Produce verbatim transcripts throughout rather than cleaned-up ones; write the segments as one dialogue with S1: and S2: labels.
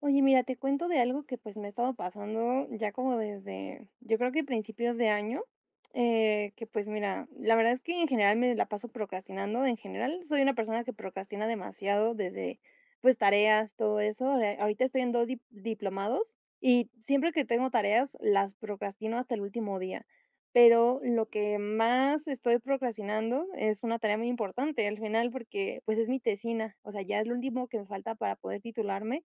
S1: Oye, mira, te cuento de algo que pues me ha estado pasando ya como desde, yo creo que principios de año, eh, que pues mira, la verdad es que en general me la paso procrastinando, en general soy una persona que procrastina demasiado desde pues tareas, todo eso. ahora- Ahorita estoy en dos dip- diplomados y siempre que tengo tareas las procrastino hasta el último día, pero lo que más estoy procrastinando es una tarea muy importante al final porque pues es mi tesina, o sea, ya es lo último que me falta para poder titularme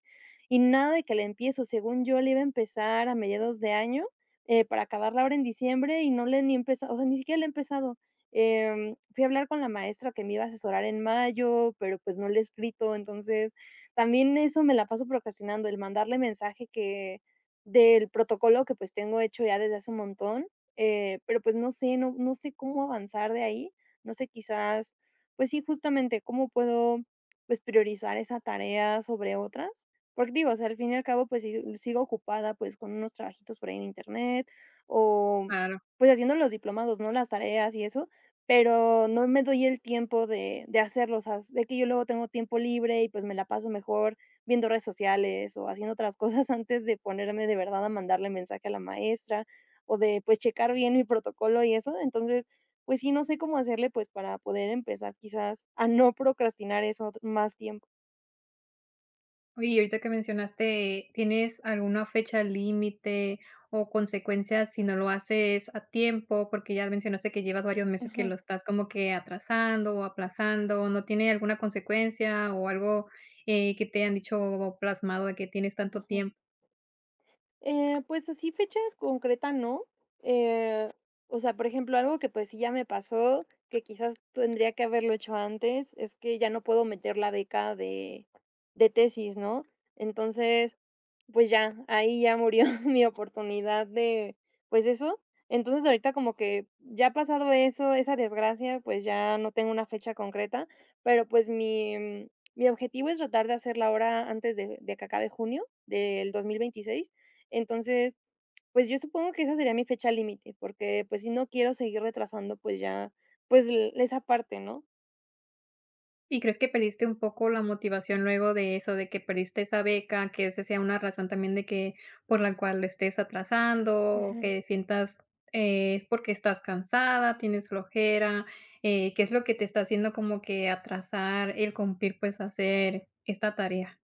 S1: y nada de que la empiezo, según yo le iba a empezar a mediados de año, eh, para acabarla ahora en diciembre y no le he ni empezado, o sea, ni siquiera le he empezado. Em, fui a hablar con la maestra que me iba a asesorar en mayo, pero pues no le he escrito, entonces también eso me la paso procrastinando, el mandarle mensaje que del protocolo que pues tengo hecho ya desde hace un montón, eh, pero pues no sé, no, no sé cómo avanzar de ahí, no sé quizás, pues sí, justamente cómo puedo pues priorizar esa tarea sobre otras. Porque digo, o sea, al fin y al cabo, pues, si sigo ocupada, pues, con unos trabajitos por ahí en internet o,
S2: Claro.
S1: pues, haciendo los diplomados, ¿no? Las tareas y eso, pero no me doy el tiempo de de hacerlo, o sea, de que yo luego tengo tiempo libre y, pues, me la paso mejor viendo redes sociales o haciendo otras cosas antes de ponerme de verdad a mandarle mensaje a la maestra o de, pues, checar bien mi protocolo y eso. Entonces, pues sí, no sé cómo hacerle, pues, para poder empezar quizás a no procrastinar eso más tiempo.
S2: Oye, y ahorita que mencionaste, ¿tienes alguna fecha límite o consecuencias si no lo haces a tiempo? Porque ya mencionaste que llevas varios meses que
S1: Ujú,
S2: lo estás como que atrasando o aplazando, ¿no tiene alguna consecuencia o algo, eh, que te han dicho o plasmado de que tienes tanto
S1: ujú.
S2: tiempo?
S1: Eh, pues así fecha concreta no, eh, o sea, por ejemplo, algo que, pues, sí ya me pasó, que quizás tendría que haberlo hecho antes, es que ya no puedo meter la beca de de tesis, ¿no? Entonces, pues ya, ahí ya murió mi oportunidad de, pues eso. Entonces, ahorita como que ya ha pasado eso, esa desgracia, pues ya no tengo una fecha concreta, pero, pues, mi, mm, mi objetivo es tratar de hacerla ahora antes de de que acabe junio del dos mil veintiséis. Entonces, pues, yo supongo que esa sería mi fecha límite, porque, pues, si no quiero seguir retrasando, pues, ya, pues, l esa parte, ¿no?
S2: ¿Y crees que perdiste un poco la motivación luego de eso, de que perdiste esa beca, que ese sea una razón también de que por la cual lo estés atrasando, o que sientas, eh, porque estás cansada, tienes flojera? Eh, ¿qué es lo que te está haciendo como que atrasar el cumplir, pues, hacer esta tarea?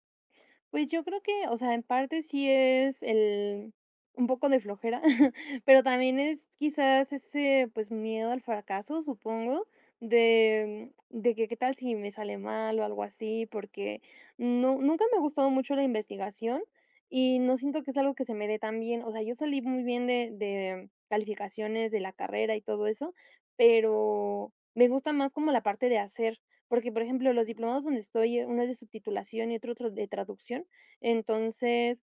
S1: Pues yo creo que, o sea, en parte sí es el un poco de flojera, pero también es quizás ese, pues, miedo al fracaso, supongo, de de que qué tal si me sale mal o algo así, porque no nunca me ha gustado mucho la investigación y no siento que es algo que se me dé tan bien. O sea, yo salí muy bien de de calificaciones de la carrera y todo eso, pero me gusta más como la parte de hacer. Porque, por ejemplo, los diplomados donde estoy, eh, uno es de subtitulación y otro otro de traducción. Entonces,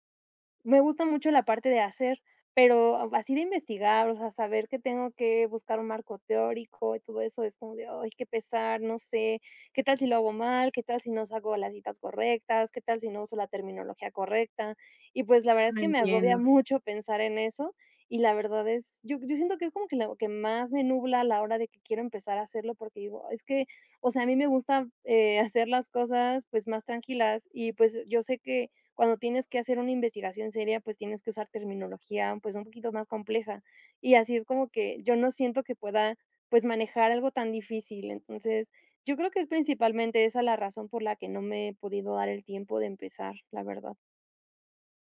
S1: me gusta mucho la parte de hacer, pero ah, así de investigar, o sea, saber que tengo que buscar un marco teórico y todo eso es como de, ay, qué pesar, no sé, qué tal si lo hago mal, qué tal si no hago las citas correctas, qué tal si no uso la terminología correcta. Y pues la verdad es
S2: No
S1: que me
S2: entiendo.
S1: agobia mucho pensar en eso y la verdad es, yo, yo siento que es como que lo que más me nubla a la hora de que quiero empezar a hacerlo porque digo, es que, o sea, a mí me gusta eh, hacer las cosas pues más tranquilas y pues yo sé que cuando tienes que hacer una investigación seria, pues tienes que usar terminología, pues, un poquito más compleja. Y así es como que yo no siento que pueda, pues, manejar algo tan difícil. Entonces, yo creo que es principalmente esa la razón por la que no me he podido dar el tiempo de empezar, la verdad.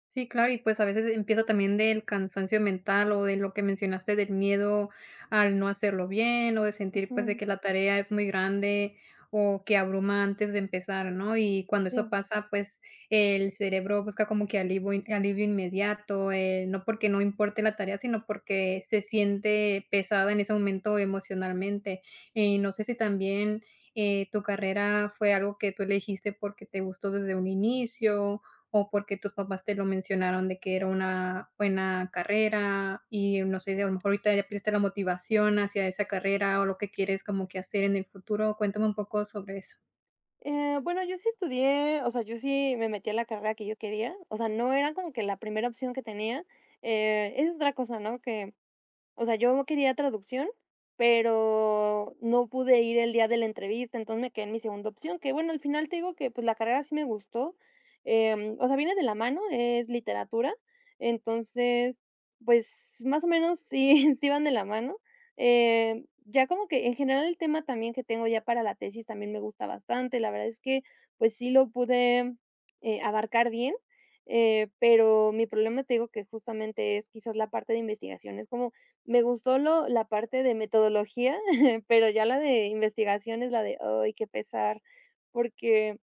S2: Sí, claro, y pues a veces empieza también del cansancio mental o de lo que mencionaste, del miedo al no hacerlo bien o de sentir pues de
S1: Ujú,
S2: que la tarea es muy grande o que abruma antes de empezar, ¿no? Y cuando eso
S1: sí.
S2: pasa, pues el cerebro busca como que alivio, in- alivio inmediato, eh, no porque no importe la tarea, sino porque se siente pesada en ese momento emocionalmente. Y no sé si también eh, tu carrera fue algo que tú elegiste porque te gustó desde un inicio o porque tus papás te lo mencionaron de que era una buena carrera y no sé, a lo mejor ahorita ya perdiste la motivación hacia esa carrera o lo que quieres como que hacer en el futuro. Cuéntame un poco sobre eso.
S1: Eh, bueno, yo sí estudié, o sea, yo sí me metí a la carrera que yo quería, o sea, no era como que la primera opción que tenía, eh, es otra cosa, ¿no? Que o sea, yo no quería traducción, pero no pude ir el día de la entrevista, entonces me quedé en mi segunda opción, que bueno, al final te digo que pues la carrera sí me gustó, em, o sea, viene de la mano, es literatura, entonces, pues más o menos sí, sí van de la mano. Eh, ya como que en general el tema también que tengo ya para la tesis también me gusta bastante, la verdad es que pues sí lo pude eh, abarcar bien, eh, pero mi problema te digo que justamente es quizás la parte de investigación, es como me gustó lo la parte de metodología, pero ya la de investigación es la de, ay, qué pesar, porque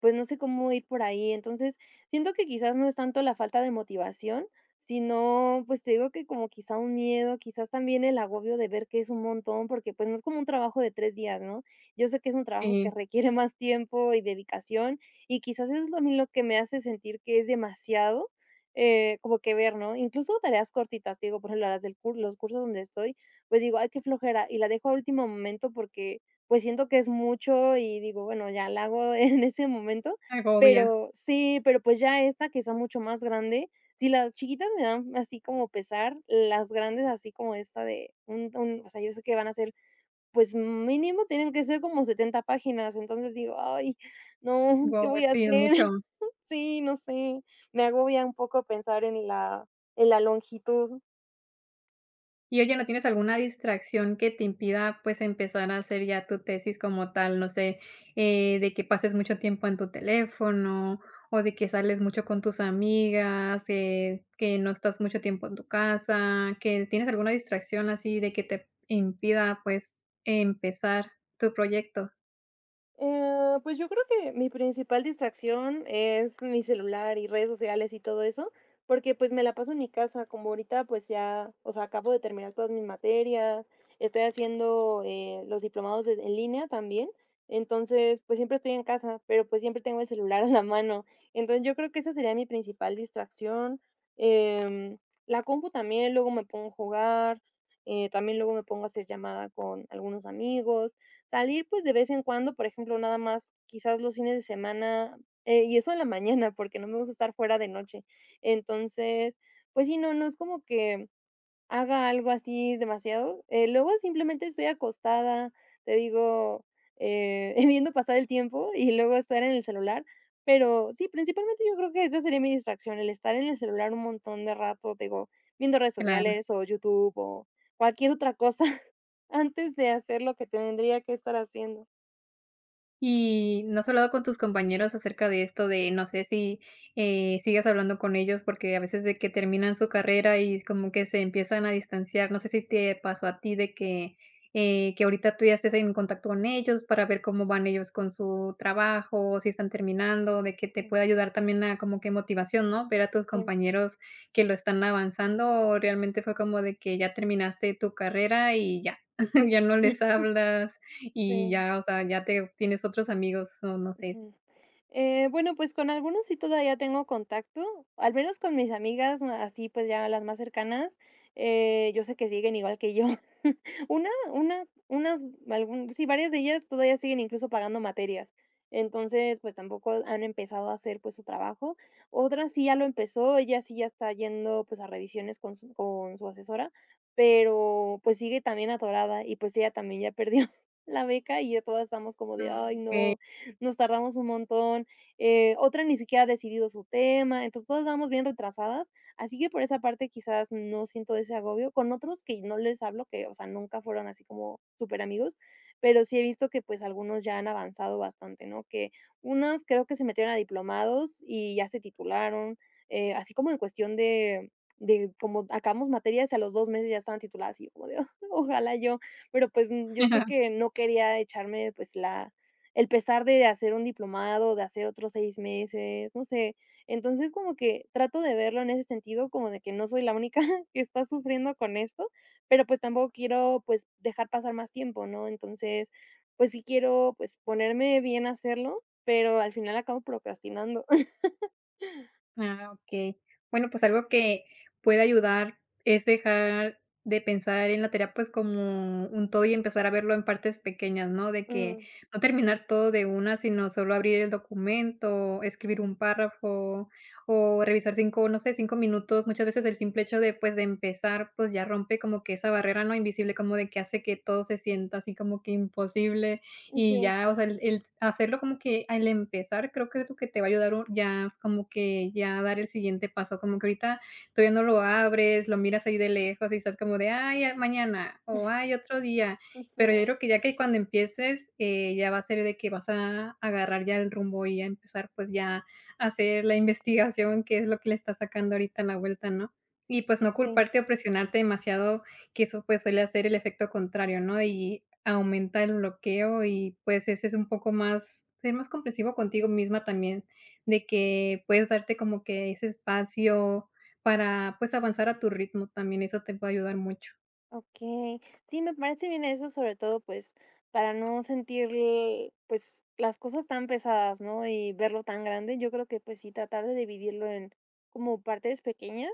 S1: pues, no sé cómo ir por ahí. Entonces, siento que quizás no es tanto la falta de motivación, sino, pues, te digo que como quizá un miedo, quizás también el agobio de ver que es un montón, porque, pues, no es como un trabajo de tres días, ¿no? Yo sé que es un trabajo que
S2: Sí,
S1: requiere más tiempo y dedicación, y quizás eso es lo a mí lo que me hace sentir que es demasiado, eh, como que ver, ¿no? Incluso tareas cortitas, te digo, por ejemplo, las del cur los cursos donde estoy, pues, digo: "Ay, qué flojera", y la dejo a último momento porque pues siento que es mucho y digo, bueno, ya la hago en ese momento,
S2: agobia.
S1: pero sí, pero pues ya esta que está mucho más grande, si las chiquitas me dan así como pesar, las grandes así como esta de un un o sea, yo sé que van a ser, pues mínimo tienen que ser como setenta páginas, entonces digo: "Ay, no, ¿qué
S2: Guau,
S1: voy a
S2: sí, es
S1: hacer?".
S2: mucho.
S1: Sí, no sé, me agobia un poco pensar en la en la longitud.
S2: Y oye, ¿no tienes alguna distracción que te impida, pues, empezar a hacer ya tu tesis como tal? No sé, eh, de que pases mucho tiempo en tu teléfono o de que sales mucho con tus amigas, eh, que no estás mucho tiempo en tu casa, que tienes alguna distracción así de que te impida, pues, empezar tu proyecto.
S1: Eh, pues yo creo que mi principal distracción es mi celular y redes sociales y todo eso, porque pues me la paso en mi casa, como ahorita pues ya, o sea, acabo de terminar todas mis materias, estoy haciendo eh, los diplomados de- en línea también, entonces pues siempre estoy en casa, pero pues siempre tengo el celular a la mano, entonces yo creo que esa sería mi principal distracción. Em, la compu también, luego me pongo a jugar, eh, también luego me pongo a hacer llamada con algunos amigos. Salir, pues, de vez en cuando, por ejemplo, nada más, quizás los fines de semana, eh, y eso en la mañana, porque no me gusta estar fuera de noche. Entonces, pues sí, no, no es como que haga algo así demasiado. Eh, luego simplemente estoy acostada, te digo, eh, viendo pasar el tiempo y luego estar en el celular. Pero sí, principalmente yo creo que esa sería mi distracción, el estar en el celular un montón de rato, te digo, viendo redes
S2: Claro.
S1: sociales o YouTube o cualquier otra cosa antes de hacer lo que tendría que estar haciendo.
S2: ¿Y no has hablado con tus compañeros acerca de esto de, no sé, si, eh, sigues hablando con ellos? Porque a veces de que terminan su carrera y como que se empiezan a distanciar. No sé si te pasó a ti de que, eh, que ahorita tú ya estés en contacto con ellos para ver cómo van ellos con su trabajo, si están terminando, de que te
S1: Mm,
S2: pueda ayudar también a como que motivación, ¿no? Ver a tus
S1: sí,
S2: compañeros que lo están avanzando, o realmente fue como de que ya terminaste tu carrera y ya, ya no les hablas. Y
S1: sí,
S2: ya, o sea, ya te tienes otros amigos, o no sé.
S1: ujú. Eh, bueno, pues con algunos sí todavía tengo contacto, al menos con mis amigas, ma- así pues ya las más cercanas, eh, yo sé que siguen igual que yo. Una, una, unas, algún, sí, varias de ellas todavía siguen incluso pagando materias. Entonces, pues tampoco han empezado a hacer pues su trabajo. Otra sí ya lo empezó, ella sí ya está yendo pues a revisiones con su, con su asesora, pero pues sigue también atorada y pues ella también ya perdió la beca y ya todas estamos como de,
S2: Mm.
S1: ay,
S2: Okey.
S1: no, nos tardamos un montón, eh, otra ni siquiera ha decidido su tema, entonces todas vamos bien retrasadas, así que por esa parte quizás no siento ese agobio, con otros que no les hablo, que, o sea, nunca fueron así como súper amigos, pero sí he visto que pues algunos ya han avanzado bastante, ¿no? Que unas creo que se metieron a diplomados y ya se titularon, eh, así como en cuestión de de como acabamos materias y a los dos meses ya estaban tituladas y yo como de ojalá yo, pero pues mm, yo sé que no quería echarme pues la, el pesar de hacer un diplomado, de hacer otros seis meses, no sé. Entonces, como que trato de verlo en ese sentido, como de que no soy la única que está sufriendo con esto, pero, pues, tampoco quiero, pues, dejar pasar más tiempo, ¿no? Entonces, pues, sí quiero, pues, ponerme bien a hacerlo, pero al final acabo procrastinando.
S2: Ah, okey. Bueno, pues algo que puede ayudar es dejar de pensar en la terapia, pues, como un todo y empezar a verlo en partes pequeñas, ¿no? De que
S1: Mm,
S2: no terminar todo de una, sino solo abrir el documento, escribir un párrafo o revisar cinco no sé, cinco minutos. Muchas veces el simple hecho de, pues, de empezar, pues, ya rompe como que esa barrera, ¿no? Invisible, como de que hace que todo se sienta así como que imposible. Y
S1: sí,
S2: ya, o sea, el el hacerlo como que al empezar, creo que es lo que te va a ayudar u ya es como que ya a dar el siguiente paso, como que ahorita todavía no lo abres, lo miras ahí de lejos y estás como de: "Ay, ah, mañana", o: "Ay, otro día". Pero yo
S1: sí,
S2: creo que ya que cuando empieces, eh, ya va a ser de que vas a agarrar ya el rumbo y a empezar, pues, ya a hacer la investigación, que es lo que le está sacando ahorita la vuelta, ¿no? Y, pues, no
S1: sí.
S2: culparte o presionarte demasiado que eso, pues, suele hacer el efecto contrario, ¿no? Y aumenta el bloqueo y, pues, ese es un poco más ser más comprensivo contigo misma también, de que puedes darte como que ese espacio para, pues, avanzar a tu ritmo, también eso te puede ayudar mucho.
S1: Okey. Sí, me parece bien eso, sobre todo, pues, para no sentir, pues, las cosas tan pesadas, ¿no? Y verlo tan grande. Yo creo que, pues sí, tratar de dividirlo en como partes pequeñas.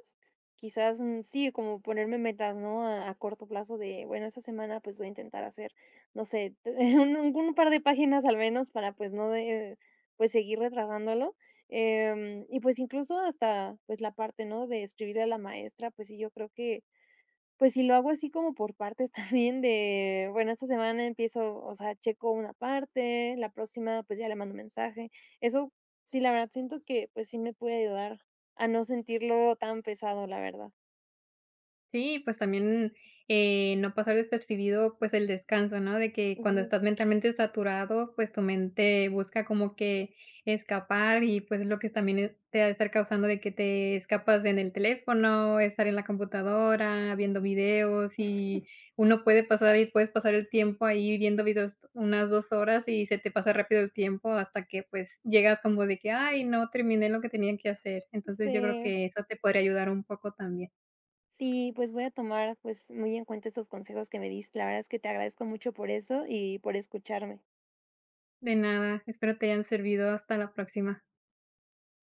S1: Quizás, mm, sí, como ponerme metas, ¿no? A a corto plazo de, bueno, esta semana, pues, voy a intentar hacer, no sé, un un un par de páginas al menos para, pues, no de, pues, seguir retrasándolo. Em, y, pues, incluso hasta, pues, la parte, ¿no? De escribirle a la maestra, pues sí, yo creo que pues si lo hago así como por partes también de, bueno, esta semana empiezo, o sea, checo una parte, la próxima pues ya le mando mensaje. Eso sí, la verdad siento que pues sí me puede ayudar a no sentirlo tan pesado, la verdad.
S2: Sí, pues también, eh, no pasar despercibido, pues, el descanso, ¿no? De que cuando
S1: Ujú.
S2: estás mentalmente saturado, pues, tu mente busca como que escapar y, pues, lo que también e te ha de estar causando de que te escapas en el teléfono, estar en la computadora, viendo videos, y uno puede pasar y puedes pasar el tiempo ahí viendo videos t- unas dos horas y se te pasa rápido el tiempo hasta que, pues, llegas como de que: "Ay, no terminé lo que tenía que hacer". Entonces, yo creo
S1: Este,
S2: que eso te podría ayudar un poco también.
S1: sí, pues voy a tomar pues muy en cuenta estos consejos que me diste. La verdad es que te agradezco mucho por eso y por escucharme.
S2: De nada, espero te hayan servido. Hasta la próxima.